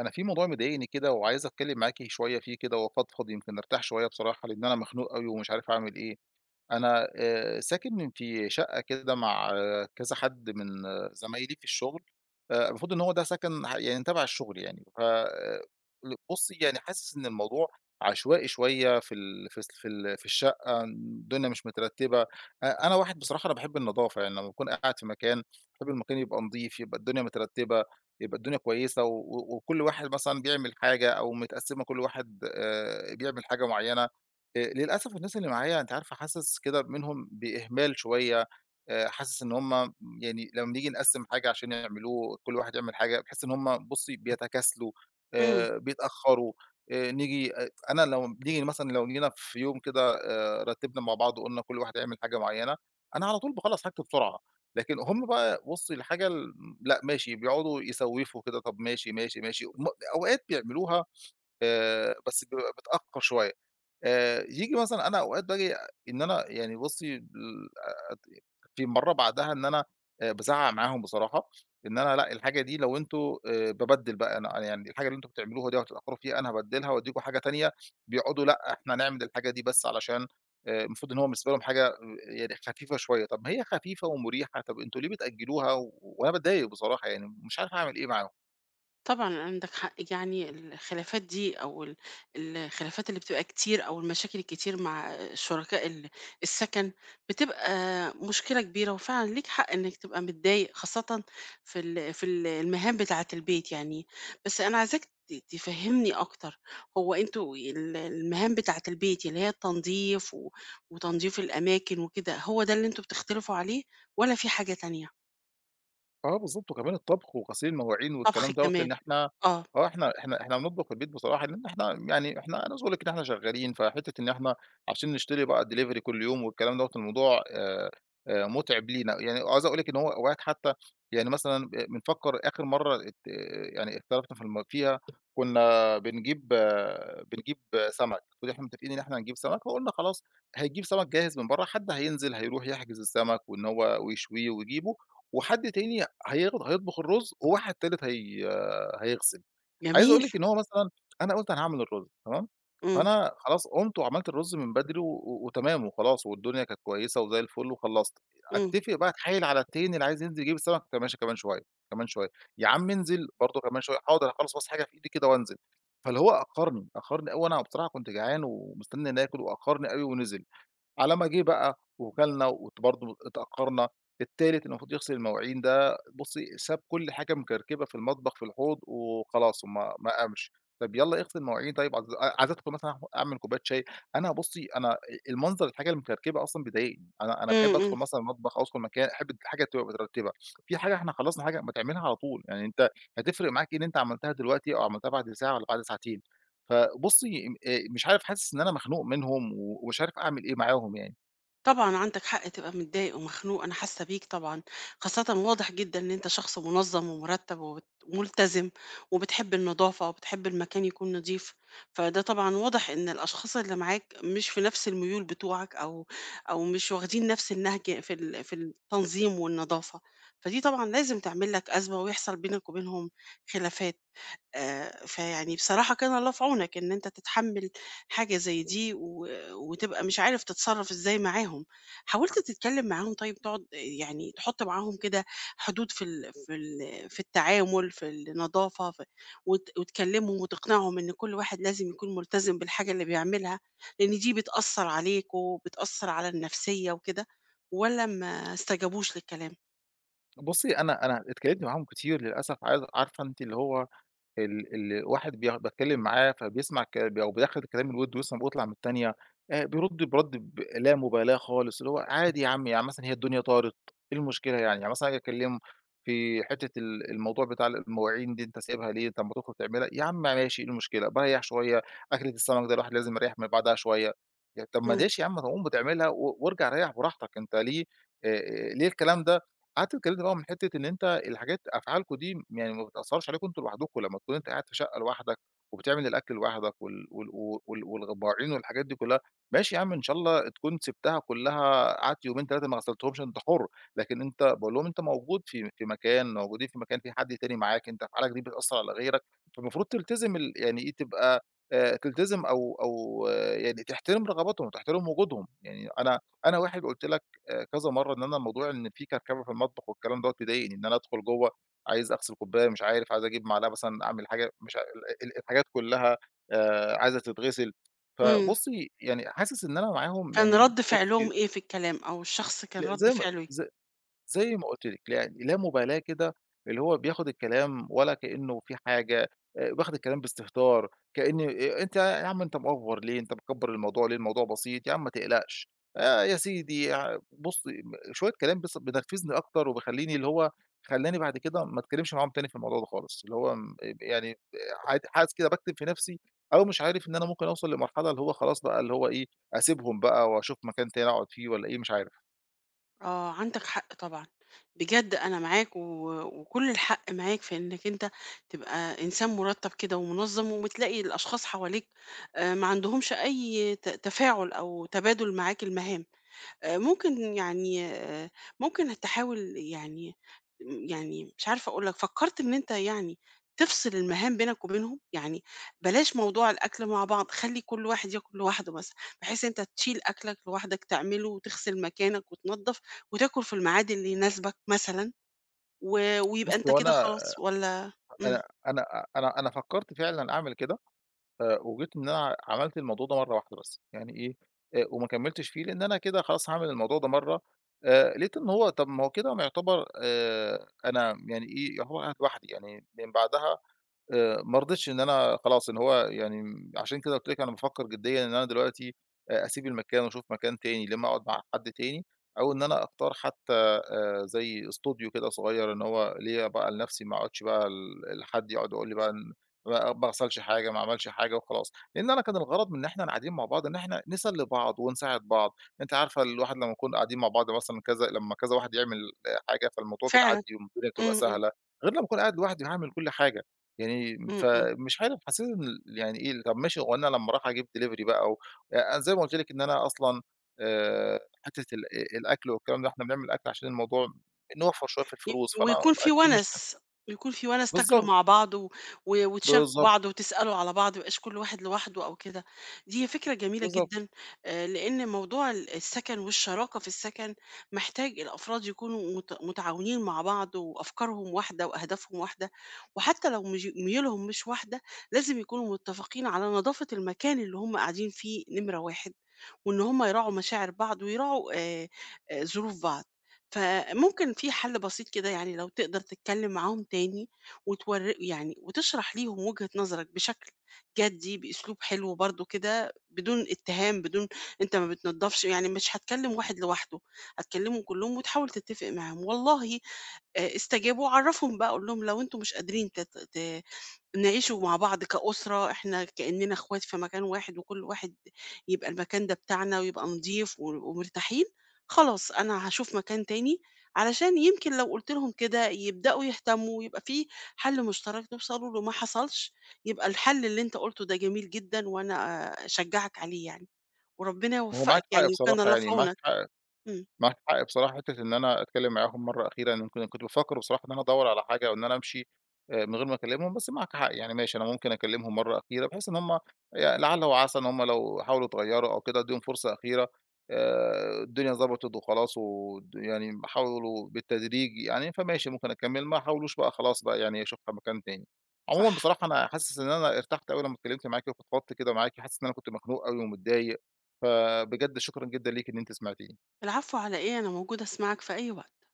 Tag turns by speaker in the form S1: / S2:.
S1: أنا في موضوع مضايقني كده وعايز أتكلم معاكِ شوية فيه كده وأفضفض يمكن أرتاح شوية بصراحة، لإن أنا مخنوق أوي ومش عارف أعمل إيه. أنا ساكن في شقة كده مع كذا حد من زمايلي في الشغل. المفروض إن هو ده سكن يعني تبع الشغل يعني، ف ل بُصّي يعني حاسس إن الموضوع عشوائي شوية في ال في الس في ال في الشقة، الدنيا مش مترتبة. أنا واحد بصراحة، أنا باحب النضافة، يعني لمّا باكون قاعد في مكان، باحب المكان يبقى نضيف، يبقى الدنيا مترتبة، يبقى الدنيا كويسة، و و وكل واحد مثلًا بيعمل حاجة أو متقسمة كل واحد بيعمل حاجة معينة. للأسف الناس اللي معايا، أنتِ عارفة، حاسس كده منهم بإهمال شوية. حاسس إن هُم يعني لمّا بنيجي نقسّم حاجة عشان يعملوه، كل واحد يعمل حاجة، باحس إن هُم بُصّي بيتكاسلوا،
S2: إمم،
S1: بيتأخّروا. نيجي أ أنا لو بنيجي مثلًا، لو جينا في يوم كده رتّبنا مع بعض وقُلنا كل واحد هيعمل حاجة معيّنة، أنا على طول باخلّص حاجتي بسرعة. لكن هُم بقى، بُصّي، الحاجة ال لأ ماشي، بيقعدوا يسوّفوا كده. طَب ماشي، ماشي، ماشي. أوقات بيعملوها بس بيبقى متأخّر شوية. ييجي مثلًا أنا أوقات باجي إن أنا يعني بُصّي ال أت في مرّة بعدها إن أنا بازعّق معاهم بصراحة، إن أنا الحاجة دي لو أنتم بابدِّل بقى، أنا يعني الحاجة اللي أنتم بتعملوها دي وهتتأخّروا فيها أنا هابدِّلها وأدّيكم حاجة تانية. بيقعدوا، لأ إحنا هنعمل الحاجة دي، بس علشان المفروض إن هو بالنسبة لهم حاجة يعني خفيفة شوية. طَب ما هي خفيفة ومُريحة، طَب أنتم ليه بتأجّلوها؟ و وأنا باتضايق بصراحة، يعني مش عارف أعمل إيه معاهم.
S2: طبعًا عندك حق، يعني الخلافات دي أو الخلافات اللي بتبقى كتير أو المشاكل الكتير مع شركاء السكن، بتبقى مشكلة كبيرة، وفعلًا ليك حق إنك تبقى متضايق، خاصةً في المهام بتاعة البيت يعني. بس أنا عايزاك تفهمني أكتر، هو أنتم المهام بتاعة البيت اللي هي التنضيف وتنضيف الأماكن وكده، هو ده اللي أنتم بتختلفوا عليه والّا في حاجة تانية؟
S1: آه بالضبط، وكمان الطبخ وغسيل المواعين
S2: طبخ
S1: والكلام دوّة،
S2: كمان؟
S1: لإن إحنا
S2: آه،
S1: آه، إحنا إحنا إحنا بنطبخ في البيت بصراحة، لإن إحنا عايز أقول لِك إن إحنا شغالين، فحتّة إن إحنا عشان نشتري بقى delivery كل يوم والكلام دوّة، الموضوع مُتعب لينا، يعني عايز أقول لِك إن هو أوقات حتّى يعني مثلًا بنفكّر. آخر مرّة يعني اختلفنا في الم فيها، كُنّا بنجيب بنجيب سَمَك، كُنّا إحنا متّفقين إن إحنا هنجيب سَمَك، فقُلنا خلاص هيجيب سَمَك جاهز من برّه، حد هينزل هيروح يحجز السَمَك وإن هو ويشويه ويجيبه، وحد تاني هياخد هيطبخ الرز، وواحد تالت هيغسل. عايز
S2: جميل،
S1: أقول لِك إن هو مثلًا أنا قُلت أنا هاعمل الرز، تمام؟
S2: إمم.
S1: فأنا خلاص قُمت وعملت الرز من بدري وتمام وخلاص والدنيا كانت كويسة وزي الفل وخلّصت.
S2: إمم،
S1: أتّفق بقى، أتحايل على التاني اللي عايز ينزل يجيب السمك. طب ماشي كمان شوية، كمان شوية، يا عم انزل برضه كمان شوية، حاضر هاخلّص بس حاجة في إيدي كده وانزل. فاللي هو أخّرني، أخّرني أوي، وأنا بصراحة كنت جعان ومستني إنّي آكل، وأخّرني أوي ونزل. على ما جه بقى وكَلنا برضه اتأخّرنا. التالت اللي المفروض يغسل المواعين ده، بُصّي، ساب كل حاجة مكركبة في المطبخ في الحوض وخلاص، وما ما قامش. طب يالّا اغسل مواعين، طيب عايزاكم مثلًا أعمل كوباية شاي. أنا بُصّي، أنا أ المنظر الحاجة المكركبة أصلًا بيضايقني، أنا باحب
S2: إمم، إمم،
S1: أدخل مثلًا المطبخ أو أدخل مكان، أحب الحاجة تبقى مترتبة. في حاجة إحنا خلصنا حاجة، ما تعملها على طول، يعني أنت هتفرق معاك إيه إن أنت عملتها دلوقتي أو عملتها بعد ساعة والّا بعد ساعتين؟ فبُصّي، م مش عارف، حاسس إن أنا مخنوق منهم و ومش عارف أعمل إيه معاهم يعني.
S2: طبعًا عندك حق تبقى متضايق ومخنوق، أنا حاسة بيك طبعًا، خاصةً واضح جدًا إن أنت شخص منظم ومرتب وبت ملتزم وبتحب النضافة وبتحب المكان يكون نضيف، فده طبعًا واضح إن الأشخاص اللي معاك مش في نفس الميول بتوعك أو مش واخدين نفس النهج في التنظيم والنضافة، فدي طبعًا لازم تعمل لك أزمة ويحصل بينك وبينهم خلافات. فيعني بصراحة كان الله في عونك إن أنت تتحمّل حاجة زي دي وتبقى مش عارف تتصرّف إزاي معاهم، حاولت تتكلّم معاهم طيب تقعد يعني تحُط معاهم كده حدود في التعامل، في النضافة، وتكلّمهم وتقنعهم إن كل واحد لازم يكون ملتزم بالحاجة اللي بيعملها، لإن دي بتأثّر عليك وبتأثّر على النفسية وكده، والّا ما استجابوش للكلام؟
S1: بُصّي، أنا اتكلمت معاهم كتير للأسف، عارفة أنتِ، اللي هو ال ال واحد باتكلّم معاه فبيسمع، أو بيدخّل الكلام الوِد ويسمع ويطلع من التانية، بيرُد برَد ب لا مبالاة خالص، اللي هو عادي يا عم. يعني مثلًا هي الدنيا طارت، إيه المشكلة يعني؟ يعني مثلًا آجي أكلّمه في حتّة الموضوع بتاع المواعين دي، أنت سايبها ليه؟ طَب ما تخرج تعملها. يا عم ماشي، إيه المشكلة؟ باريّح شوية، أكلة السمك ده الواحد لازم يريّح من بعدها شوية. طَب ما
S2: إمم،
S1: ليش يا عم ما تقوم وتعملها و وارجع ريّح براحتك، أنت ليه ليه الكلام ده؟ قعدت اتكلمت بقى من حتة إن أنت الحاجات، أفعالكم دي يعني ما بتأثّرش عليكم أنتم لوحدكم. لمّا تكون أنت قاعد في شقة لوحدك وبتعمل الأكل لوحدك وال والبراعين والحاجات دي كلّها، ماشي يا عم، إن شاء الله تكون سِبتها كلّها، قعدت يومين 3 ما غسلتهمش، أنت حُر. لكن أنت، باقول لهم، أنت موجود في مكان، موجودين في مكان في حد تاني معاك، أنت أفعالك دي بتأثّر على غيرك. فالمفروض تلتزم، يعني إيه، تبقى تلتزم أو آه، يعني تحترم رغباتهم وتحترم وجودهم. يعني أنا واحد قُلت لك كذا مرّة إن أنا موضوع إن في كركبة في المطبخ والكلام دوّة بيضايقني، إن أنا أدخل جوّه عايز أغسل كوباية، مش عارف، عايز أجيب معلقة مثلًا أعمل حاجة، مش ع ال ال الحاجات كلّها عايزة تتغسل.
S2: إمم،
S1: فبُصّي يعني حاسس إن أنا معاهم
S2: كان
S1: يعني
S2: رَد
S1: بُصّي،
S2: فعلهم إيه في الكلام أو الشخص كان
S1: ل
S2: رَد
S1: زي ما
S2: فعله إيه؟
S1: ز زي ما قُلت لِك، يعني لا مبالاة كده، اللي هو بياخد الكلام ولا كإنّه في حاجة، بياخد الكلام باستهتار، كإن أنت يا عم أنت مأفور ليه؟ أنت مكبّر الموضوع ليه؟ الموضوع بسيط، يا عم ما تقلقش. يا سيدي، ع بُص م شوية كلام بس بينرفزني أكتر وبيخلّيني، اللي هو خلّاني بعد كده ما اتكلمش معاهم تاني في الموضوع ده خالص، اللي هو م يعني عاد حاسس كده باكتم في نَفْسي، أو مش عارف، إن أنا ممكن أوصل لمرحلة اللي هو خلاص بقى اللي هو إيه، أسيبهم بقى وأشوف مكان تاني أقعد فيه، والّا إيه، مش عارف.
S2: آه، عندك حق طبعًا، بجد أنا معاك وكل الحق معاك في إنك أنت تبقى إنسان مُرتّب كده ومنظّم، وبتلاقي الأشخاص حواليك ما عندهمش أي تفاعل أو تبادل معاك المهام. آآ ممكن يعني آآ ممكن تحاول يعني يعني مش عارفة أقول لك، فكّرت إن أنت يعني تفصل المهام بينك وبينهم؟ يعني بلاش موضوع الأكل مع بعض، خلّي كل واحد ياكل لوحده مثلًا، بحيث أنت تشيل أكلك لوحدك تعمله وتغسل مكانك وتنضّف وتاكل في الميعاد اللي يناسبك مثلًا، ويبقى
S1: بُصّي
S2: أنت
S1: هو
S2: كده
S1: أنا،
S2: خلاص والّا إمم،
S1: أنا أنا أ أنا أنا فكّرت فعلًا أعمل كده، وجيت إن أنا عملت الموضوع ده مرّة واحدة بس، يعني إيه، وما كمّلتش فيه، لإن أنا كده خلاص هاعمل الموضوع ده مرّة، لقيت إن هو، طَب ما هو كده ما يعتبر، أنا يعني إيه، يعتبر قاعد لوحدي، يعني من بعدها ما رضيتش إن أنا خلاص إن هو يعني، عشان كده قُلت لِك، أنا بافكّر جديًا إن أنا دلوقتي أسيب المكان وأشوف مكان تاني، لا إمّا أقعد مع حد تاني، أو إن أنا أختار حتى زي استوديو كده صغير إن هو ليّا بقى لنَفْسي، ما اقعدش بقى لحد يقعد يقول لي بقى إن ما اغسلش حاجة، ما اعملش حاجة وخلاص. لإن أنا كان الغرض من إن إحنا قاعدين مع بعض إن إحنا نسلّي بعض ونساعد بعض، أنتِ عارفة، الواحد لمّا نكون قاعدين مع بعض مثلًا، كذا لمّا كذا واحد يعمل حاجة، فالموضوع
S2: فعلًا،
S1: بتعدّي والدنيا بتبقى
S2: إمم، إمم، إمم،
S1: سهلة، غير لمّا أكون قاعد لوحدي هاعمل كل حاجة. يعني
S2: إمم.
S1: فمش عارف، حسيت إن يعني إيه، طَب ماشي، هو أنا لمّا أروح أجيب delivery بقى و أنا زي ما قُلت لِك إن أنا أصلًا حتّة ال الأكل والكلام ده، إحنا بنعمل أكل عشان الموضوع نوفّر شوية في
S2: ي
S1: الفلوس، فأنا
S2: ويكون في
S1: أكيد مش
S2: وَنَس، ويكون في وَنَس تاكلوا
S1: بالضبط،
S2: مع بعض و و وتشاركوا
S1: بالضبط،
S2: بعض وتسألوا على بعض، ما يبقاش كل واحد لوحده أو كده. دي فكرة جميلة
S1: بالضبط.
S2: جدًا، لإن موضوع السكن والشراكة في السكن محتاج الأفراد يكونوا متعاونين مع بعض وأفكارهم واحدة وأهدافهم واحدة، وحتى لو ميولهم مش واحدة، لازم يكونوا متفقين على نضافة المكان اللي هم قاعدين فيه نمرة 1، وإن هم يراعوا مشاعر بعض ويراعوا ظروف بعض. فممكن في حل بسيط كده يعني لو تقدر تتكلم معاهم تاني وتور يعني وتشرح ليهم وجهة نظرك بشكل جدي بأسلوب حلو برضو كده بدون اتهام بدون انت ما بتنضفش يعني مش هتكلم واحد لوحده هتكلمهم كلهم وتحاول تتفق معاهم والله آه، استجابوا عرفهم بقى قول لهم لو انتم مش قادرين نعيشه مع بعض كأسرة، إحنا كإننا إخوات في مكان واحد، وكل واحد يبقى المكان ده بتاعنا ويبقى نضيف ومرتاحين، خلاص أنا هاشوف مكان تاني، علشان يمكن لو قُلت لهم كده يبدأوا يهتموا ويبقى في حل مشترك توصلوا له، ما حصلش يبقى الحل اللي أنت قُلته ده جميل جدًا وأنا أشجّعك عليه يعني، وربنا
S1: هو معاكِ
S2: يوفقك
S1: حق
S2: يعني
S1: بصراحة
S2: وكان الله في
S1: يعني، معاكِ
S2: عونك.
S1: حق.
S2: إمم،
S1: معاك حق بصراحة، حتّة إن أنا أتكلّم معاهم مرّة أخيرة، أنا يمكن كنت بافكّر بصراحة إن أنا أدوّر على حاجة أو إن أنا أمشي من غير ما أكلّمهم، بس معاك حق. يعني ماشي، أنا ممكن أكلّمهم مرّة أخيرة، بحيث إن هم لعل وعسى إن هم لو حاولوا يتغيّروا أو كده أدّيهم فرصة أخيرة، الدنيا ضبطت وخلاص، يعني حاولوا بالتدريج يعني، فماشي ممكن أكمّل. ما حاولوش بقى خلاص بقى، يعني أشوفها مكان تاني.
S2: صح.
S1: عمومًا بصراحة أنا حاسس إن أنا ارتحت أوي لمّا اتكلّمت معاكِ وفضفضت كده معاكِ، حاسس إن أنا كنت مخنوق أوي ومتضايق، فبجد شكرًا جدًا ليكِ إن أنتِ سمعتيني.
S2: العفو على إيه، أنا موجودة أسمعك في أي وقت.